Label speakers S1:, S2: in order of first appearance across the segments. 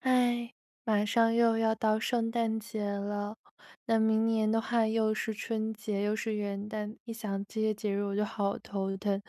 S1: 哎，马上又要到圣诞节了，那明年的话又是春节，又是元旦，一想这些节日我就好头疼。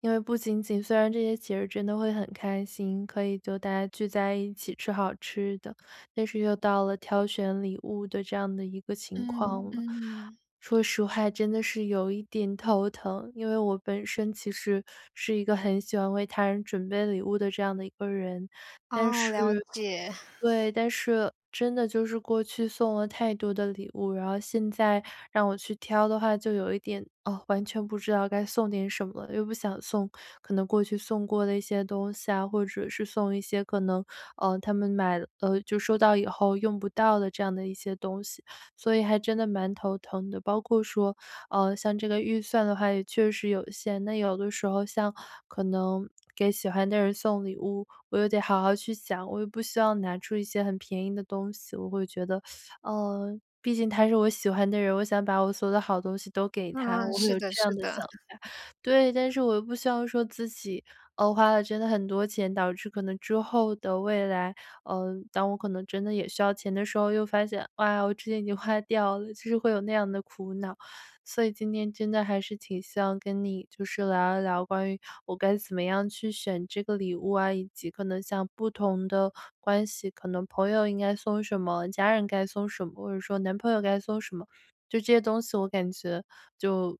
S1: 因为不仅仅虽然这些节日真的会很开心，可以就大家聚在一起吃好吃的，但是又到了挑选礼物的这样的一个情况
S2: 嗯
S1: 了。
S2: 嗯，
S1: 说实话，真的是有一点头疼，因为我本身其实是一个很喜欢为他人准备礼物的这样的一个人，但
S2: 哦，了
S1: 是
S2: 解。
S1: 对，但是真的就是过去送了太多的礼物，然后现在让我去挑的话，就有一点哦，完全不知道该送点什么了，又不想送可能过去送过的一些东西啊，或者是送一些可能他们买了就收到以后用不到的这样的一些东西，所以还真的蛮头疼的。包括说像这个预算的话也确实有限。那有的时候像可能给喜欢的人送礼物，我又得好好去想，我又不希望拿出一些很便宜的东西，我会觉得，毕竟他是我喜欢的人，我想把我所有的好东西都给他，
S2: 嗯，
S1: 我会
S2: 是
S1: 有
S2: 的
S1: 这样
S2: 是
S1: 的
S2: 的，
S1: 想法。对，但是我又不希望说自己，花了真的很多钱，导致可能之后的未来，当我可能真的也需要钱的时候，又发现，哇，我之前已经花掉了，就是会有那样的苦恼。所以今天真的还是挺希望跟你就是聊一聊关于我该怎么样去选这个礼物啊，以及可能像不同的关系，可能朋友应该送什么，家人该送什么，或者说男朋友该送什么，就这些东西我感觉就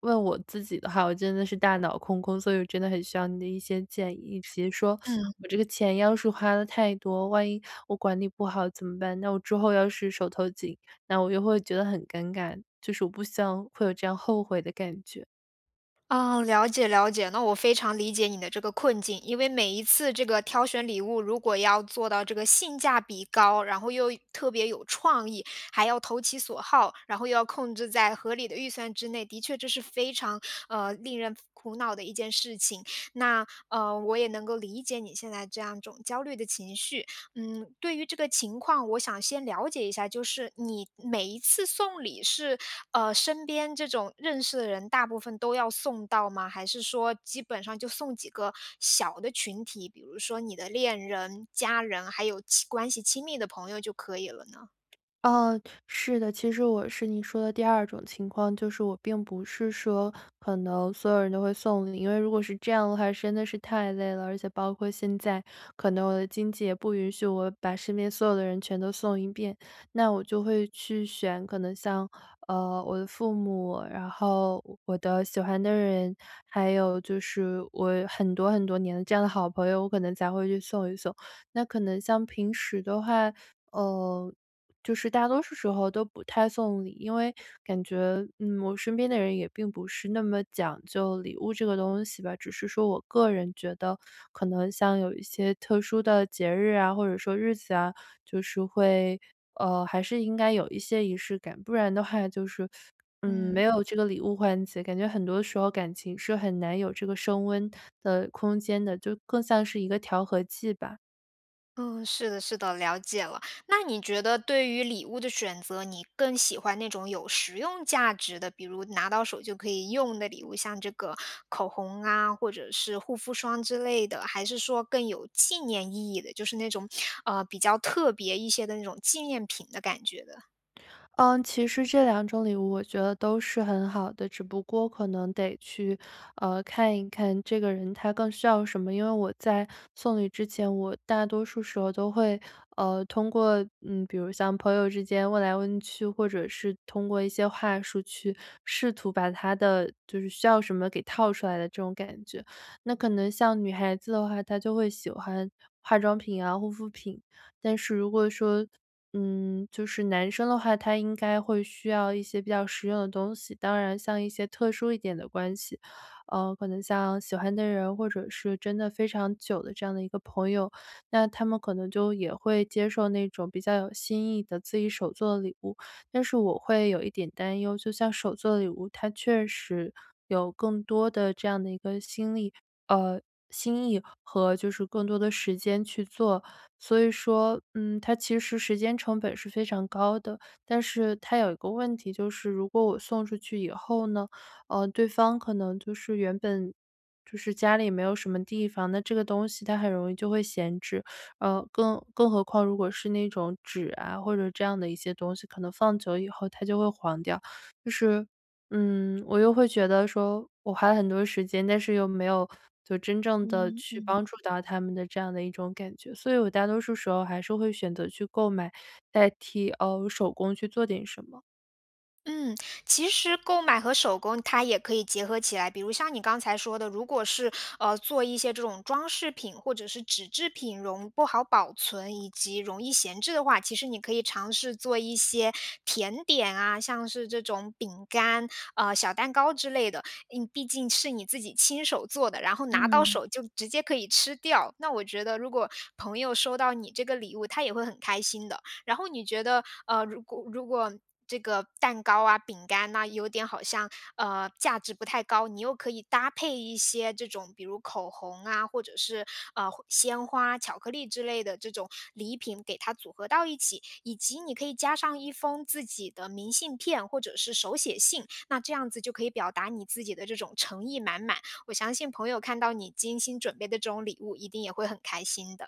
S1: 问我自己的话，我真的是大脑空空，所以我真的很需要你的一些建议，以及说
S2: 嗯，
S1: 我这个钱要是花的太多，万一我管理不好怎么办？那我之后要是手头紧那我又会觉得很尴尬，就是我不希望会有这样后悔的感觉。
S2: 哦，了解了解。那我非常理解你的这个困境，因为每一次这个挑选礼物，如果要做到这个性价比高，然后又特别有创意，还要投其所好，然后又要控制在合理的预算之内，的确这是非常，令人苦恼的一件事情。那，我也能够理解你现在这样一种焦虑的情绪。嗯，对于这个情况，我想先了解一下，就是你每一次送礼是，身边这种认识的人大部分都要送到吗？还是说基本上就送几个小的群体，比如说你的恋人、家人，还有亲关系亲密的朋友就可以了呢？
S1: 哦，是的，其实我是你说的第二种情况，就是我并不是说可能所有人都会送礼，因为如果是这样的话，真的是太累了，而且包括现在可能我的经济也不允许我把身边所有的人全都送一遍，那我就会去选可能像我的父母，然后我的喜欢的人，还有就是我很多很多年的这样的好朋友，我可能才会去送一送。那可能像平时的话。呃，就是大多数时候都不太送礼，因为感觉，嗯，我身边的人也并不是那么讲究礼物这个东西吧。只是说我个人觉得，可能像有一些特殊的节日啊，或者说日子啊，就是会，还是应该有一些仪式感，不然的话就是，嗯，没
S2: 嗯，
S1: 有这个礼物环节，感觉很多时候感情是很难有这个升温的空间的，就更像是一个调和剂吧。
S2: 嗯，是的，是的，了解了。那你觉得对于礼物的选择，你更喜欢那种有实用价值的，比如拿到手就可以用的礼物，像这个口红啊，或者是护肤霜之类的，还是说更有纪念意义的，就是那种比较特别一些的那种纪念品的感觉的？
S1: 嗯，其实这两种礼物我觉得都是很好的，只不过可能得去，看一看这个人他更需要什么。因为我在送礼之前，我大多数时候都会，通过嗯，比如像朋友之间问来问去，或者是通过一些话术去试图把他的就是需要什么给套出来的这种感觉。那可能像女孩子的话，她就会喜欢化妆品啊、护肤品，但是如果说嗯，就是男生的话，他应该会需要一些比较实用的东西。当然，像一些特殊一点的关系，可能像喜欢的人，或者是真的非常久的这样的一个朋友，那他们可能就也会接受那种比较有新意的自己手做的礼物。但是我会有一点担忧，就像手做的礼物，它确实有更多的这样的一个心力，呃，心意和就是更多的时间去做。所以说，嗯，它其实时间成本是非常高的，但是它有一个问题，就是如果我送出去以后呢，对方可能就是原本就是家里没有什么地方，那这个东西它很容易就会闲置，更何况如果是那种纸啊，或者这样的一些东西，可能放久以后它就会黄掉，就是嗯，我又会觉得说我花了很多时间，但是又没有就真正的
S2: 嗯
S1: 去帮
S2: 嗯。
S1: 助到他们的这样的一种感觉。所以我大多数时候还是会选择去购买，代替，哦手工去做点什么。
S2: 嗯，其实购买和手工它也可以结合起来，比如像你刚才说的，如果是做一些这种装饰品或者是纸制品容不好保存以及容易闲置的话，其实你可以尝试做一些甜点啊，像是这种饼干、小蛋糕之类的。嗯，毕竟是你自己亲手做的，然后拿到
S1: 嗯。
S2: 手就直接可以吃掉。那我觉得如果朋友收到你这个礼物，他也会很开心的。然后你觉得，如果这个蛋糕啊、饼干呐、有点好像价值不太高，你又可以搭配一些这种，比如口红啊，或者是鲜花、巧克力之类的这种礼品，给它组合到一起，以及你可以加上一封自己的明信片或者是手写信，那这样子就可以表达你自己的这种诚意满满。我相信朋友看到你精心准备的这种礼物，一定也会很开心的。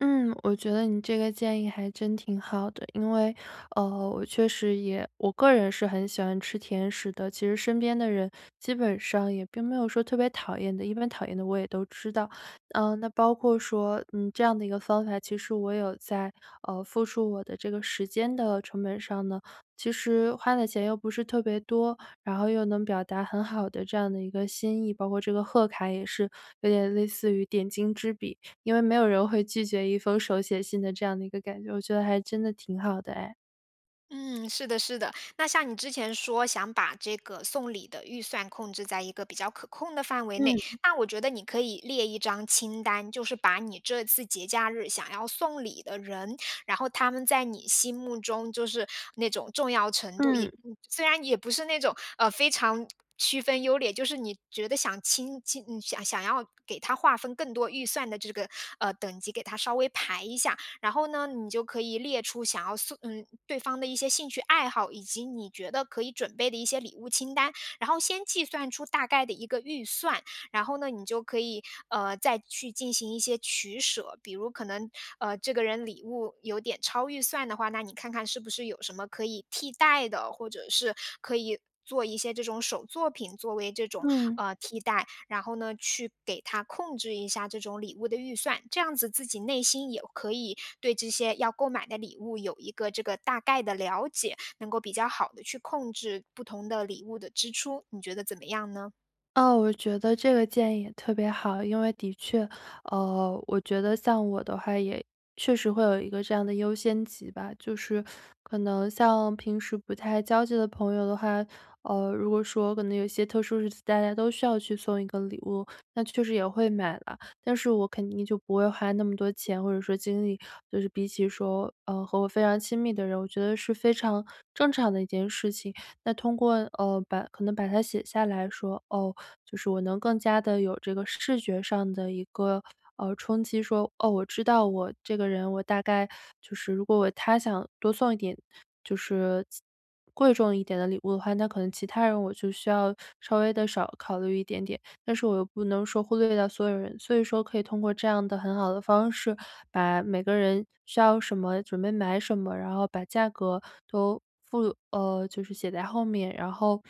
S1: 嗯，我觉得你这个建议还真挺好的，因为，我确实也，我个人是很喜欢吃甜食的。其实身边的人基本上也并没有说特别讨厌的，一般讨厌的我也都知道。嗯、那包括说，嗯，这样的一个方法，其实我有在付出我的这个时间的成本上呢，其实花的钱又不是特别多，然后又能表达很好的这样的一个心意，包括这个贺卡也是有点类似于点睛之笔。因为没有人会拒绝一封手写信的这样的一个感觉，我觉得还真的挺好的哎。
S2: 嗯，是的，是的。那像你之前说想把这个送礼的预算控制在一个比较可控的范围内，
S1: 嗯，
S2: 那我觉得你可以列一张清单，就是把你这次节假日想要送礼的人，然后他们在你心目中就是那种重要程度也，
S1: 嗯，
S2: 嗯虽然也不是那种非常。区分优劣，就是你觉得想亲亲，嗯想要给他划分更多预算的这个等级，给他稍微排一下，然后呢，你就可以列出想要送嗯对方的一些兴趣爱好，以及你觉得可以准备的一些礼物清单，然后先计算出大概的一个预算，然后呢，你就可以再去进行一些取舍，比如可能这个人礼物有点超预算的话，那你看看是不是有什么可以替代的，或者是可以。做一些这种手作品作为这种
S1: 嗯。
S2: 替代，然后呢，去给他控制一下这种礼物的预算，这样子自己内心也可以对这些要购买的礼物有一个这个大概的了解，能够比较好的去控制不同的礼物的支出，你觉得怎么样呢？
S1: 哦，我觉得这个建议也特别好，因为的确，我觉得像我的话，也确实会有一个这样的优先级吧，就是可能像平时不太交际的朋友的话，如果说可能有些特殊日子，大家都需要去送一个礼物，那确实也会买了，但是我肯定就不会花那么多钱，或者说精力，就是比起说，和我非常亲密的人，我觉得是非常正常的一件事情。那通过把可能把它写下来说，哦，就是我能更加的有这个视觉上的一个，冲击说，哦，我知道我这个人，我大概就是如果我他想多送一点，就是贵重一点的礼物的话，那可能其他人我就需要稍微的少考虑一点点。但是我又不能说忽略掉所有人，所以说可以通过这样的很好的方式，把每个人需要什么，准备买什么，然后把价格都附就是写在后面，然后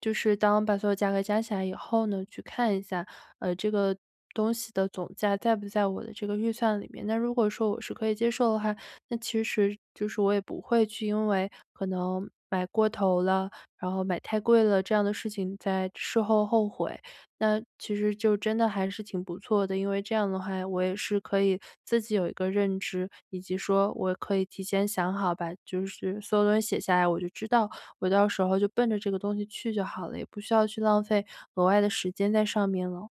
S1: 就是当把所有价格加起来以后呢，去看一下，这个东西的总价在不在我的这个预算里面。那如果说我是可以接受的话，那其实就是我也不会去因为可能买过头了，然后买太贵了这样的事情在事后后悔。那其实就真的还是挺不错的，因为这样的话，我也是可以自己有一个认知，以及说我可以提前想好，把就是所有东西写下来，我就知道我到时候就奔着这个东西去就好了，也不需要去浪费额外的时间在上面了。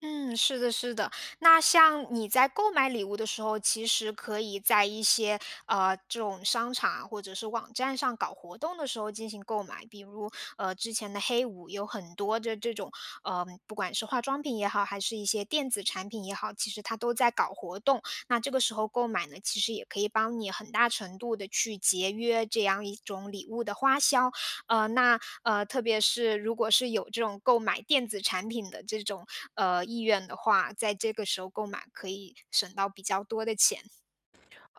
S2: 嗯，是的，是的。那像你在购买礼物的时候，其实可以在一些这种商场啊，或者是网站上搞活动的时候进行购买。比如之前的黑五有很多的这种不管是化妆品也好，还是一些电子产品也好，其实它都在搞活动。那这个时候购买呢，其实也可以帮你很大程度的去节约这样一种礼物的花销。那特别是如果是有这种购买电子产品的这种意愿的话，在这个时候购买可以省到比较多的钱。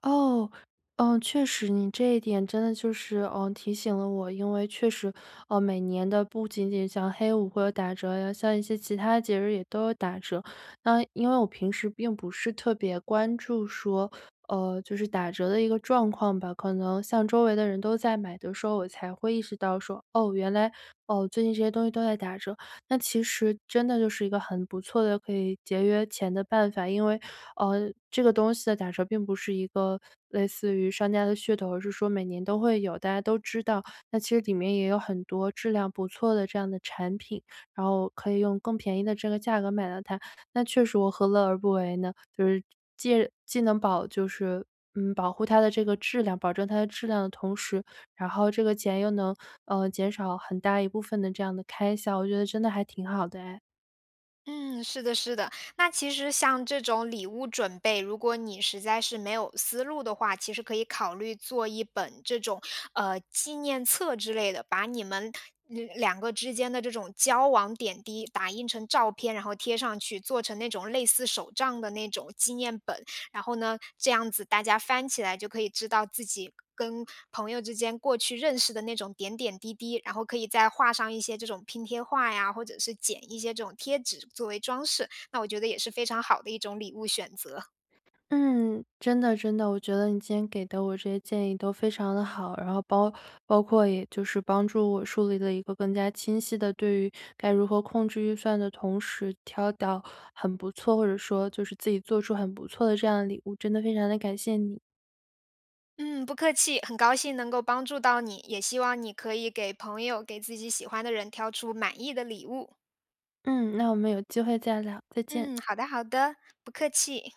S1: 哦，嗯，确实，你这一点真的就是，嗯，提醒了我，因为确实，哦，每年的不仅仅像黑五会有打折呀，像一些其他节日也都有打折。那因为我平时并不是特别关注说，就是打折的一个状况吧，可能像周围的人都在买的时候，我才会意识到说，哦，原来，哦，最近这些东西都在打折。那其实真的就是一个很不错的可以节约钱的办法，因为这个东西的打折并不是一个类似于商家的噱头，而是说每年都会有，大家都知道。那其实里面也有很多质量不错的这样的产品，然后可以用更便宜的这个价格买到它。那确实我何乐而不为呢？就是既能保就是嗯，保护它的这个质量，保证它的质量的同时，然后这个钱又能，减少很大一部分的这样的开销，我觉得真的还挺好的哎。
S2: 嗯，是的，是的。那其实像这种礼物准备，如果你实在是没有思路的话，其实可以考虑做一本这种纪念册之类的，把你们嗯两个之间的这种交往点滴打印成照片，然后贴上去，做成那种类似手账的那种纪念本。然后呢，这样子大家翻起来就可以知道自己跟朋友之间过去认识的那种点点滴滴，然后可以再画上一些这种拼贴画呀，或者是剪一些这种贴纸作为装饰，那我觉得也是非常好的一种礼物选择。
S1: 嗯，真的真的，我觉得你今天给的我这些建议都非常的好，然后包包括也就是帮助我树立了一个更加清晰的对于该如何控制预算的同时，挑到很不错，或者说就是自己做出很不错的这样的礼物，真的非常的感谢你。
S2: 嗯，不客气，很高兴能够帮助到你，也希望你可以给朋友、给自己喜欢的人挑出满意的礼物。
S1: 嗯，那我们有机会再聊，再见。
S2: 嗯，好的好的，不客气。